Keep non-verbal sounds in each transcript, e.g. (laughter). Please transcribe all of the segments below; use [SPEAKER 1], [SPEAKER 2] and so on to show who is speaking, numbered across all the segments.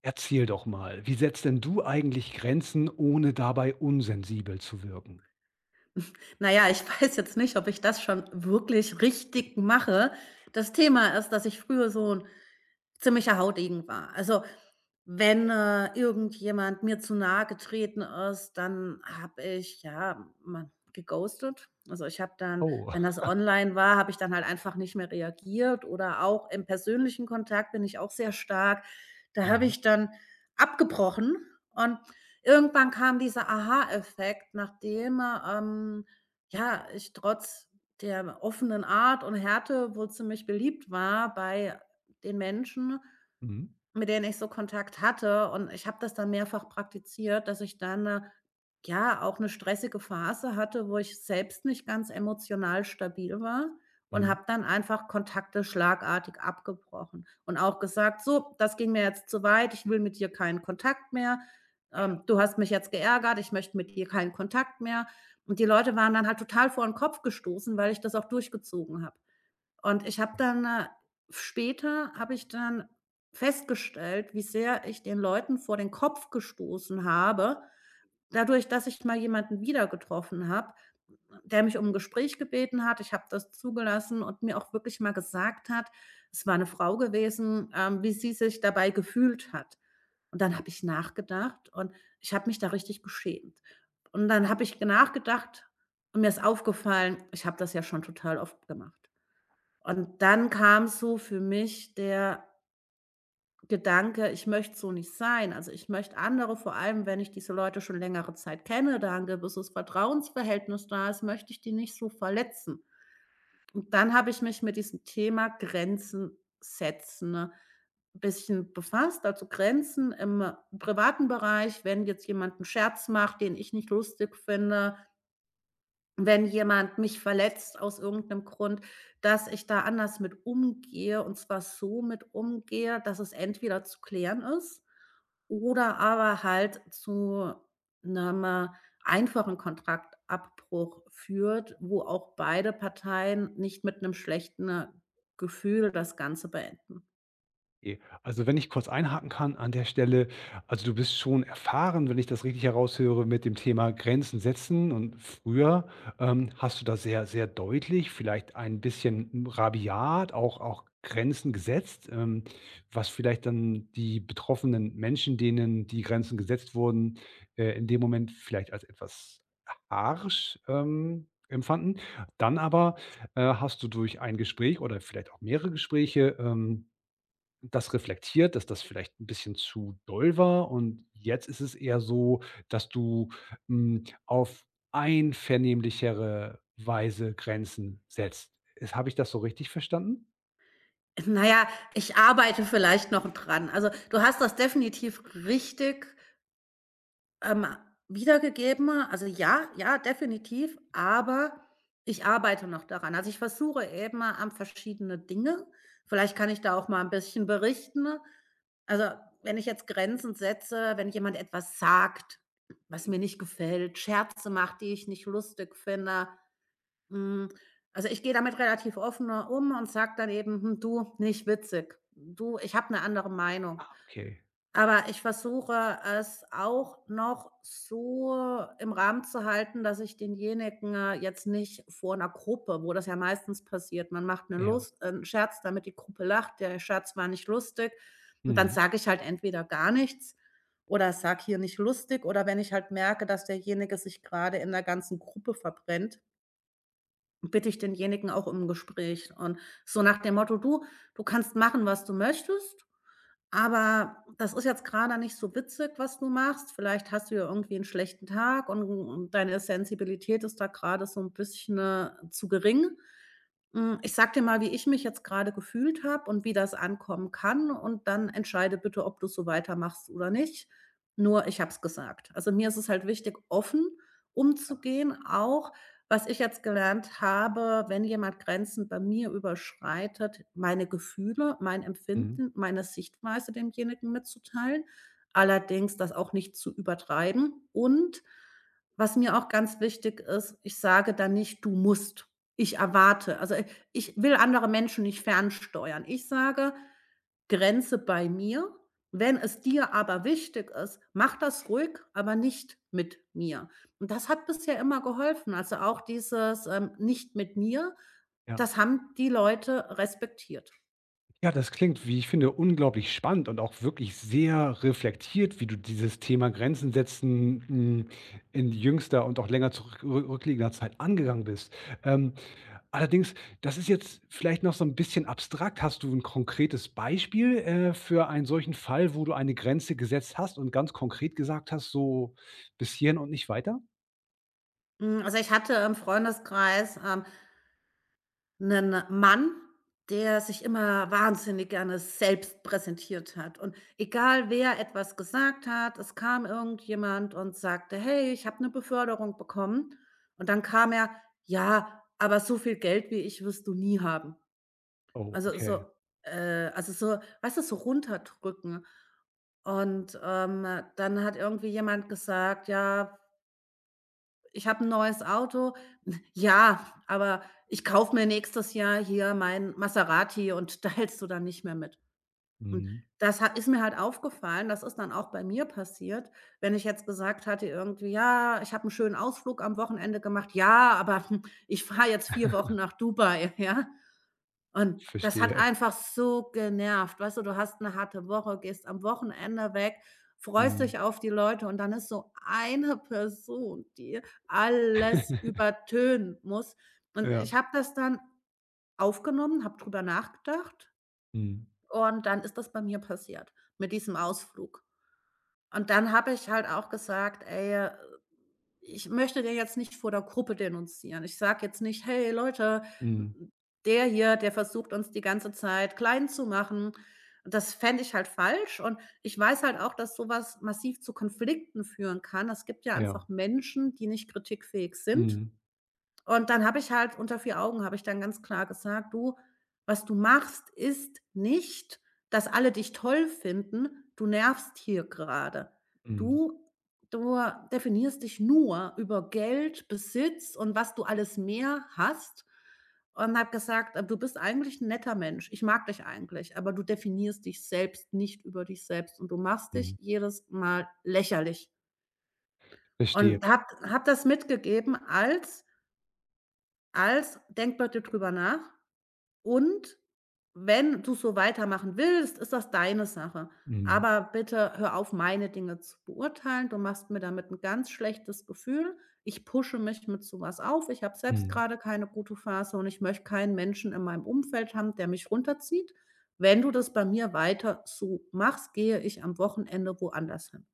[SPEAKER 1] Erzähl doch mal, wie setzt denn du eigentlich Grenzen, ohne dabei unsensibel zu wirken?
[SPEAKER 2] Na ja, ich (laughs) weiß jetzt nicht, ob ich das schon wirklich richtig mache. Das Thema ist, dass ich früher so ein ziemlicher Hautegen war. Also, wenn, irgendjemand mir zu nahe getreten ist, dann habe ich, ja, man, geghostet. Also, ich habe dann,
[SPEAKER 1] Oh.
[SPEAKER 2] wenn das online war, habe ich dann halt einfach nicht mehr reagiert, oder auch im persönlichen Kontakt bin ich auch sehr stark. Da habe
[SPEAKER 1] Mhm.
[SPEAKER 2] ich dann abgebrochen, und irgendwann kam dieser Aha-Effekt, nachdem, ähm, ja, ich trotz der offenen Art und Härte wohl ziemlich beliebt war, bei den Menschen,
[SPEAKER 1] Mhm.
[SPEAKER 2] mit denen ich so Kontakt hatte. Und ich habe das dann mehrfach praktiziert, dass ich dann, ja, auch eine stressige Phase hatte, wo ich selbst nicht ganz emotional stabil war, und
[SPEAKER 1] Mhm.
[SPEAKER 2] habe dann einfach Kontakte schlagartig abgebrochen und auch gesagt: „So, das ging mir jetzt zu weit, ich will mit dir keinen Kontakt mehr.
[SPEAKER 1] Ja.
[SPEAKER 2] Du hast mich jetzt geärgert, ich möchte mit dir keinen Kontakt mehr.“ Und die Leute waren dann halt total vor den Kopf gestoßen, weil ich das auch durchgezogen habe. Und ich habe dann später habe ich dann festgestellt, wie sehr ich den Leuten vor den Kopf gestoßen habe, dadurch, dass ich mal jemanden wieder getroffen habe, der mich um 'n Gespräch gebeten hat. Ich habe das zugelassen, und mir auch wirklich mal gesagt hat, es war eine Frau gewesen, wie sie sich dabei gefühlt hat. Und dann habe ich nachgedacht, und ich habe mich da richtig geschämt. Und dann habe ich nachgedacht, und mir ist aufgefallen, ich habe das ja schon total oft gemacht. Und dann kam so für mich der Gedanke: „Ich möchte so nicht sein.“ Also, ich möchte andere, vor allem, wenn ich diese Leute schon längere Zeit kenne, da ein gewisses Vertrauensverhältnis da ist, möchte ich die nicht so verletzen. Und dann habe ich mich mit diesem Thema Grenzen setzen, ne, ein bisschen befasst. Also, Grenzen im privaten Bereich, wenn jetzt jemand einen Scherz macht, den ich nicht lustig finde, wenn jemand mich verletzt aus irgendeinem Grund, dass ich da anders mit umgehe, und zwar so mit umgehe, dass es entweder zu klären ist oder aber halt zu einem einfachen Kontraktabbruch führt, wo auch beide Parteien nicht mit einem schlechten Gefühl das Ganze beenden.
[SPEAKER 1] Okay. Also, wenn ich kurz einhaken kann an der Stelle, also, du bist schon erfahren, wenn ich das richtig heraushöre, mit dem Thema Grenzen setzen und früher, hast du da sehr, sehr deutlich, vielleicht ein bisschen, hm, rabiat auch Grenzen gesetzt, was vielleicht dann die betroffenen Menschen, denen die Grenzen gesetzt wurden, in dem Moment vielleicht als etwas harsch, empfanden. Dann aber, hast du durch ein Gespräch oder vielleicht auch mehrere Gespräche, das reflektiert, dass das vielleicht ein bisschen zu doll war, und jetzt ist es eher so, dass du, hm, auf einvernehmlichere Weise Grenzen setzt. Ist habe ich das so richtig verstanden?
[SPEAKER 2] Naja, ich arbeite vielleicht noch dran. Also, du hast das definitiv richtig Ähm, wiedergegeben. Also ja, ja, definitiv, aber ich arbeite noch daran. Also, ich versuche eben an verschiedene Dinge. Vielleicht kann ich da auch mal ein bisschen berichten. Also, wenn ich jetzt Grenzen setze, wenn jemand etwas sagt, was mir nicht gefällt, Scherze macht, die ich nicht lustig finde, hm, also, ich gehe damit relativ offen um und sage dann eben: „Hm, du, nicht witzig. Du, ich habe eine andere Meinung.“
[SPEAKER 1] Ah, okay.
[SPEAKER 2] Aber ich versuche es auch noch so im Rahmen zu halten, dass ich denjenigen, jetzt nicht vor einer Gruppe, wo das ja meistens passiert, man macht eine
[SPEAKER 1] Ja.
[SPEAKER 2] Lust 'n Scherz, damit die Gruppe lacht, der Scherz war nicht lustig, und dann
[SPEAKER 1] Mhm.
[SPEAKER 2] sage ich halt entweder gar nichts oder sage hier nicht lustig, oder wenn ich halt merke, dass derjenige sich gerade in der ganzen Gruppe verbrennt, bitte ich denjenigen auch um 'n Gespräch und so nach dem Motto: „Du, du kannst machen, was du möchtest, aber das ist jetzt grade nicht so witzig, was du machst. Vielleicht hast du ja irgendwie 'n schlechten Tag, und deine Sensibilität ist da grade so 'n bisschen, zu gering. Hm, ich sage dir mal, wie ich mich jetzt grade gefühlt habe und wie das ankommen kann, und dann entscheide bitte, ob du so weitermachst oder nicht. Nur ich habe es gesagt.“ Also, mir ist es halt wichtig, offen umzugehen, auch was ich jetzt gelernt habe, wenn jemand Grenzen bei mir überschreitet, meine Gefühle, mein
[SPEAKER 1] Mhm.
[SPEAKER 2] Empfinden, meine Sichtweise demjenigen mitzuteilen, allerdings das auch nicht zu übertreiben. Und was mir auch ganz wichtig ist, ich sage dann nicht: „Du musst“, ich erwarte. Also, i ich will andere Menschen nicht fernsteuern. Ich sage: „Grenze bei mir. Wenn es dir aber wichtig ist, mach das ruhig, aber nicht mit mir.“ Und das hat bisher immer geholfen. Also, auch dieses, „nicht mit mir“,
[SPEAKER 1] Ja.
[SPEAKER 2] das haben die Leute respektiert.
[SPEAKER 1] Ja, das klingt, wie ich finde, unglaublich spannend und auch wirklich sehr reflektiert, wie du dieses Thema Grenzen setzen, hm, in jüngster und auch länger zurückliegender Zeit angegangen bist. Ähm, allerdings, das ist jetzt vielleicht noch so ein bisschen abstrakt. Hast du ein konkretes Beispiel, für einen solchen Fall, wo du eine Grenze gesetzt hast und ganz konkret gesagt hast: „So bis hierhin und nicht weiter?“
[SPEAKER 2] Hm, also, ich hatte im Freundeskreis, 'nen Mann, der sich immer wahnsinnig gerne selbst präsentiert hat. Und egal, wer etwas gesagt hat, es kam irgendjemand und sagte: „Hey, ich habe eine Beförderung bekommen.“ Und dann kam er: „Ja, aber so viel Geld wie ich wirst du nie haben.“
[SPEAKER 1] Oh,
[SPEAKER 2] Also,
[SPEAKER 1] okay.
[SPEAKER 2] so also, so weißt du, so runterdrücken. Und, dann hat irgendwie jemand gesagt: „Ja, ich habe ein neues Auto.“ „Ja, aber ich kaufe mir nächstes Jahr hier mein Maserati und (laughs) da hältst du dann nicht mehr mit.“ Und
[SPEAKER 1] Mhm.
[SPEAKER 2] das ha ist mir halt aufgefallen, das ist dann auch bei mir passiert, wenn ich jetzt gesagt hatte irgendwie: „Ja, ich habe einen schönen Ausflug am Wochenende gemacht.“ „Ja, aber, (laughs) hm, ich fahre jetzt 4 Wochen nach Dubai“, (laughs) ja? Und das hat
[SPEAKER 1] Verstehe.
[SPEAKER 2] einfach so genervt. Weißt du, du hast eine harte Woche, gehst am Wochenende weg, freust
[SPEAKER 1] Mhm.
[SPEAKER 2] dich auf die Leute, und dann ist so eine Person, die alles
[SPEAKER 1] (laughs)
[SPEAKER 2] übertönen muss. Und ich
[SPEAKER 1] Ja.
[SPEAKER 2] habe das dann aufgenommen, habe drüber nachgedacht,
[SPEAKER 1] Mhm.
[SPEAKER 2] und dann ist das bei mir passiert mit diesem Ausflug. Und dann habe ich halt auch gesagt: „Ey, ich möchte den jetzt nicht vor der Gruppe denunzieren.“ Ich sage jetzt nicht: „Hey Leute,
[SPEAKER 1] Mhm.
[SPEAKER 2] der hier, der versucht uns die ganze Zeit klein zu machen.“ Das fände ich halt falsch, und ich weiß halt auch, dass sowas massiv zu Konflikten führen kann. Es gibt ja
[SPEAKER 1] Ja.
[SPEAKER 2] einfach Menschen, die nicht kritikfähig sind,
[SPEAKER 1] Mhm.
[SPEAKER 2] und dann habe ich halt unter vier Augen habe ich dann ganz klar gesagt: „Du, was du machst, ist nicht, dass alle dich toll finden. Du nervst hier gerade.
[SPEAKER 1] Mhm,
[SPEAKER 2] Du du definierst dich nur über Geld, Besitz und was du alles mehr hast.“ Und habe gesagt: „Du bist eigentlich 'n netter Mensch. Ich mag dich eigentlich, aber du definierst dich selbst nicht über dich selbst, und du machst dich
[SPEAKER 1] mhm,
[SPEAKER 2] jedes Mal lächerlich.“
[SPEAKER 1] verstehe.
[SPEAKER 2] Und habe hab das mitgegeben als als denk bitte drüber nach, und wenn du so weitermachen willst, ist das deine Sache.
[SPEAKER 1] Mhm,
[SPEAKER 2] Aber bitte hör auf, meine Dinge zu beurteilen. Du machst mir damit ein ganz schlechtes Gefühl. Ich pushe mich mit so was auf. Ich habe selbst
[SPEAKER 1] mhm.
[SPEAKER 2] gerade keine gute Phase, und ich möchte keinen Menschen in meinem Umfeld haben, der mich runterzieht. Wenn du das bei mir weiter so machst, gehe ich am Wochenende woanders hin.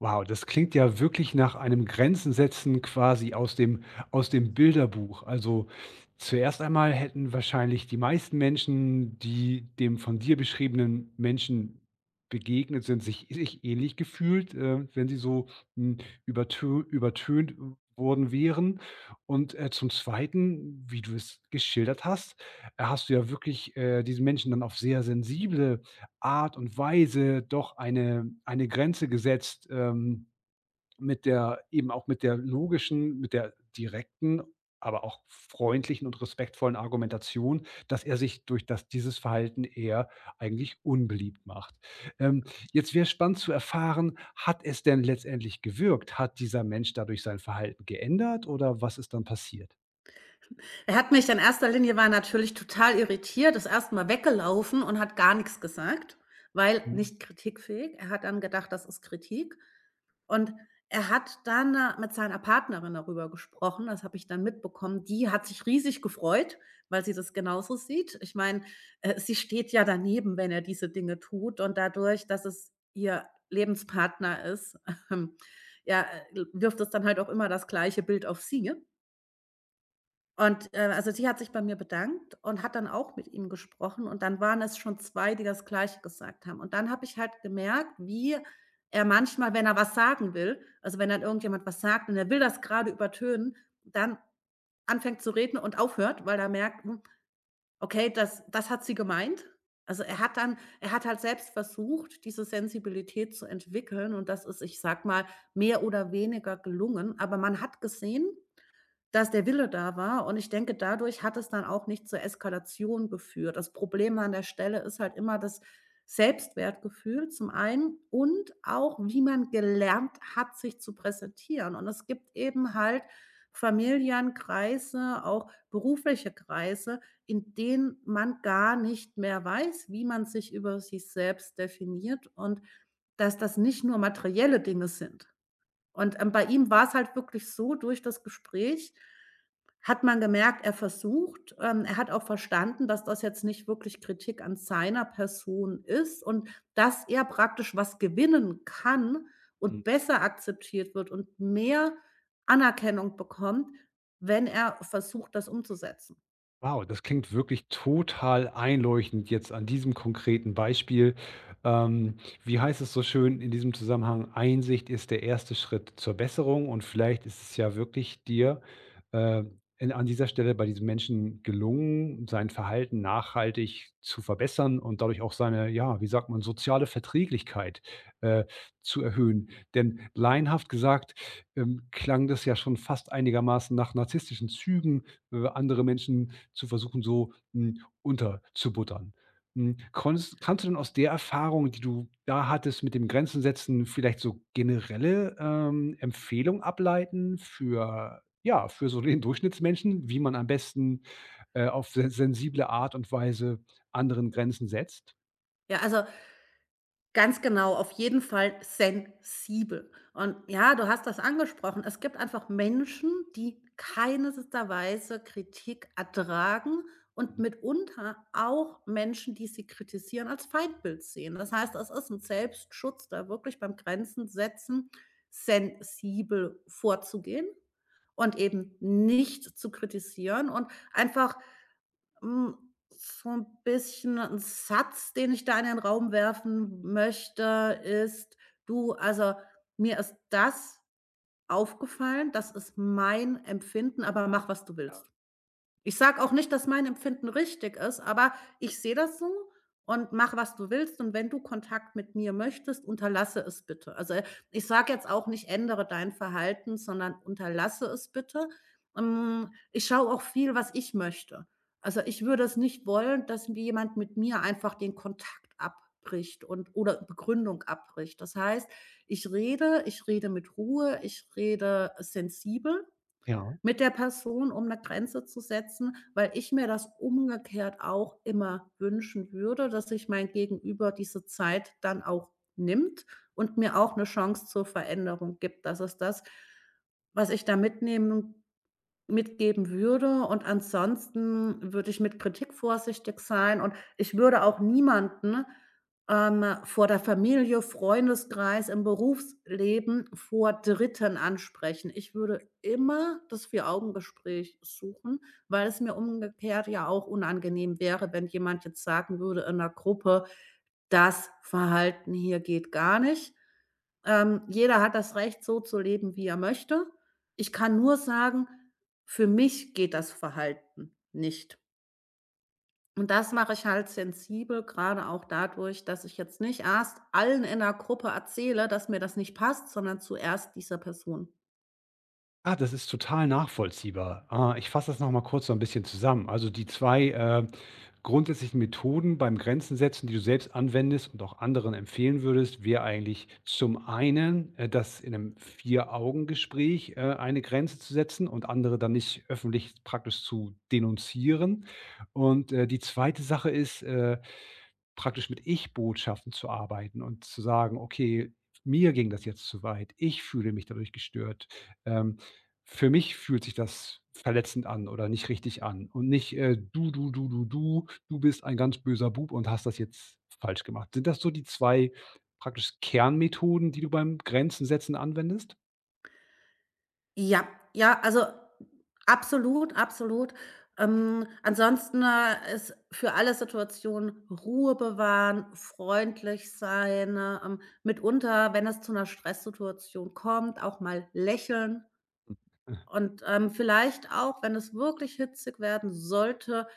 [SPEAKER 1] Wow, das klingt ja wirklich nach einem Grenzen setzen quasi aus dem Bilderbuch. Also, zuerst einmal hätten wahrscheinlich die meisten Menschen, die dem von dir beschriebenen Menschen begegnet sind, sich ähnlich gefühlt, wenn sie so, hm, übertönt worden wären. Und, zum Zweiten, wie du es geschildert hast, hast du ja wirklich, diesen Menschen dann auf sehr sensible Art und Weise doch eine Grenze gesetzt, mit der eben auch mit der logischen, mit der direkten, aber auch freundlichen und respektvollen Argumentation, dass er sich durch das dieses Verhalten eher eigentlich unbeliebt macht. Ähm, jetzt wäre spannend zu erfahren, hat es denn letztendlich gewirkt? Hat dieser Mensch dadurch sein Verhalten geändert oder was ist dann passiert?
[SPEAKER 2] Er hat mich in erster Linie war natürlich total irritiert, ist erst mal weggelaufen und hat gar nichts gesagt, weil
[SPEAKER 1] Mhm.
[SPEAKER 2] nicht kritikfähig. Er hat dann gedacht, das ist Kritik. Und er hat dann, mit seiner Partnerin darüber gesprochen, das habe ich dann mitbekommen. Die hat sich riesig gefreut, weil sie das genauso sieht. Ich meine, sie steht ja daneben, wenn er diese Dinge tut, und dadurch, dass es ihr Lebenspartner ist, (laughs) ja, wirft es dann halt auch immer das gleiche Bild auf sie. Und, also, sie hat sich bei mir bedankt und hat dann auch mit ihm gesprochen, und dann waren es schon zwei, die das Gleiche gesagt haben. Und dann habe ich halt gemerkt, wie er manchmal, wenn er was sagen will, also, wenn dann irgendjemand was sagt und er will das gerade übertönen, dann anfängt zu reden und aufhört, weil er merkt: „Hm, okay, das hat sie gemeint.“ Also, er hat dann er hat halt selbst versucht, diese Sensibilität zu entwickeln, und das ist, ich sag mal, mehr oder weniger gelungen, aber man hat gesehen, dass der Wille da war, und ich denke, dadurch hat es dann auch nicht zur Eskalation geführt. Das Problem an der Stelle ist halt immer das Selbstwertgefühl zum einen, und auch, wie man gelernt hat, sich zu präsentieren. Und es gibt eben halt Familienkreise, auch berufliche Kreise, in denen man gar nicht mehr weiß, wie man sich über sich selbst definiert, und dass das nicht nur materielle Dinge sind. Und, bei ihm war es halt wirklich so, durch das Gespräch hat man gemerkt, er versucht er hat auch verstanden, dass das jetzt nicht wirklich Kritik an seiner Person ist, und dass er praktisch was gewinnen kann und besser akzeptiert wird und mehr Anerkennung bekommt, wenn er versucht, das umzusetzen.
[SPEAKER 1] Wow, das klingt wirklich total einleuchtend jetzt an diesem konkreten Beispiel. Ähm, wie heißt es so schön in diesem Zusammenhang? Einsicht ist der erste Schritt zur Besserung und vielleicht ist es ja wirklich dir äh, an dieser Stelle bei diesem Menschen gelungen, sein Verhalten nachhaltig zu verbessern und dadurch auch seine, ja, wie sagt man, soziale Verträglichkeit äh, zu erhöhen. Denn laienhaft gesagt, klang das ja schon fast einigermaßen nach narzisstischen Zügen, andere Menschen zu versuchen, so, hm, unterzubuttern. Hm, konntest kannst du denn aus der Erfahrung, die du da hattest mit dem Grenzen setzen, vielleicht so generelle, Empfehlungen ableiten für ja, für so den Durchschnittsmenschen, wie man am besten, auf se sensible Art und Weise anderen Grenzen setzt?
[SPEAKER 2] Ja, also ganz genau, auf jeden Fall sensibel. Und ja, du hast das angesprochen. Es gibt einfach Menschen, die keinster Weise Kritik ertragen, und mitunter auch Menschen, die sie kritisieren, als Feindbild sehen. Das heißt, es ist ein Selbstschutz, da wirklich beim Grenzen setzen sensibel vorzugehen und eben nicht zu kritisieren und einfach, hm, so ein bisschen, ein Satz, den ich da in den Raum werfen möchte, ist: „Du, also, mir ist das aufgefallen, das ist mein Empfinden, aber mach, was du willst.“ Ich sage auch nicht, dass mein Empfinden richtig ist, aber ich sehe das so, und mache, was du willst. Und wenn du Kontakt mit mir möchtest, unterlasse es bitte. Also, ich sage jetzt auch nicht, ändere dein Verhalten, sondern unterlasse es bitte. Hm, ich schaue auch viel, was ich möchte. Also, ich würde es nicht wollen, dass mir jemand mit mir einfach den Kontakt abbricht und oder Begründung abbricht. Das heißt, ich rede mit Ruhe, ich rede sensibel
[SPEAKER 1] Ja.
[SPEAKER 2] mit der Person, um eine Grenze zu setzen, weil ich mir das umgekehrt auch immer wünschen würde, dass sich mein Gegenüber diese Zeit dann auch nimmt und mir auch eine Chance zur Veränderung gibt. Das ist das, was ich da mitnehmen, mitgeben würde, und ansonsten würde ich mit Kritik vorsichtig sein, und ich würde auch niemanden, vor der Familie, Freundeskreis, im Berufsleben vor Dritten ansprechen. Ich würde immer das Vier-Augen-Gespräch suchen, weil es mir umgekehrt ja auch unangenehm wäre, wenn jemand jetzt sagen würde in der Gruppe: „Das Verhalten hier geht gar nicht.“ jeder hat das Recht, so zu leben, wie er möchte. Ich kann nur sagen, für mich geht das Verhalten nicht. Und das mache ich halt sensibel, gerade auch dadurch, dass ich jetzt nicht erst allen in der Gruppe erzähle, dass mir das nicht passt, sondern zuerst dieser Person.
[SPEAKER 1] Ah, das ist total nachvollziehbar. Ah, ich fasse das noch mal kurz so ein bisschen zusammen. Also, die 2 grundsätzlichen Methoden beim Grenzen setzen, die du selbst anwendest und auch anderen empfehlen würdest, wäre eigentlich zum einen, das in einem Vier-Augen-Gespräch, eine Grenze zu setzen und andere dann nicht öffentlich praktisch zu denunzieren. Und, die zweite Sache ist, praktisch mit Ich-Botschaften zu arbeiten und zu sagen: „Okay, mir ging das jetzt zu weit. Ich fühle mich dadurch gestört. Ähm, für mich fühlt sich das verletzend an oder nicht richtig an“, und nicht, „Du bist ein ganz böser Bub und hast das jetzt falsch gemacht.“ Sind das so die 2 praktisch Kernmethoden, die du beim Grenzen setzen anwendest?
[SPEAKER 2] Ja, ja, also absolut, absolut. Ansonsten, ist für alle Situationen Ruhe bewahren, freundlich sein, mitunter, wenn es zu einer Stresssituation kommt, auch mal lächeln.
[SPEAKER 1] Äh,
[SPEAKER 2] Und, vielleicht auch, wenn es wirklich hitzig werden sollte,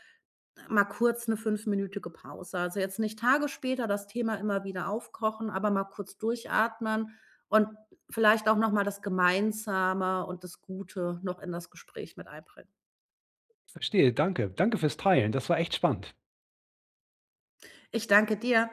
[SPEAKER 2] mal kurz eine fünfminütige Pause. Also, jetzt nicht Tage später das Thema immer wieder aufkochen, aber mal kurz durchatmen, und vielleicht auch noch mal das Gemeinsame und das Gute noch in das Gespräch mit einbringen.
[SPEAKER 1] Verstehe, danke. Danke fürs Teilen. Das war echt spannend.
[SPEAKER 2] Ich danke dir.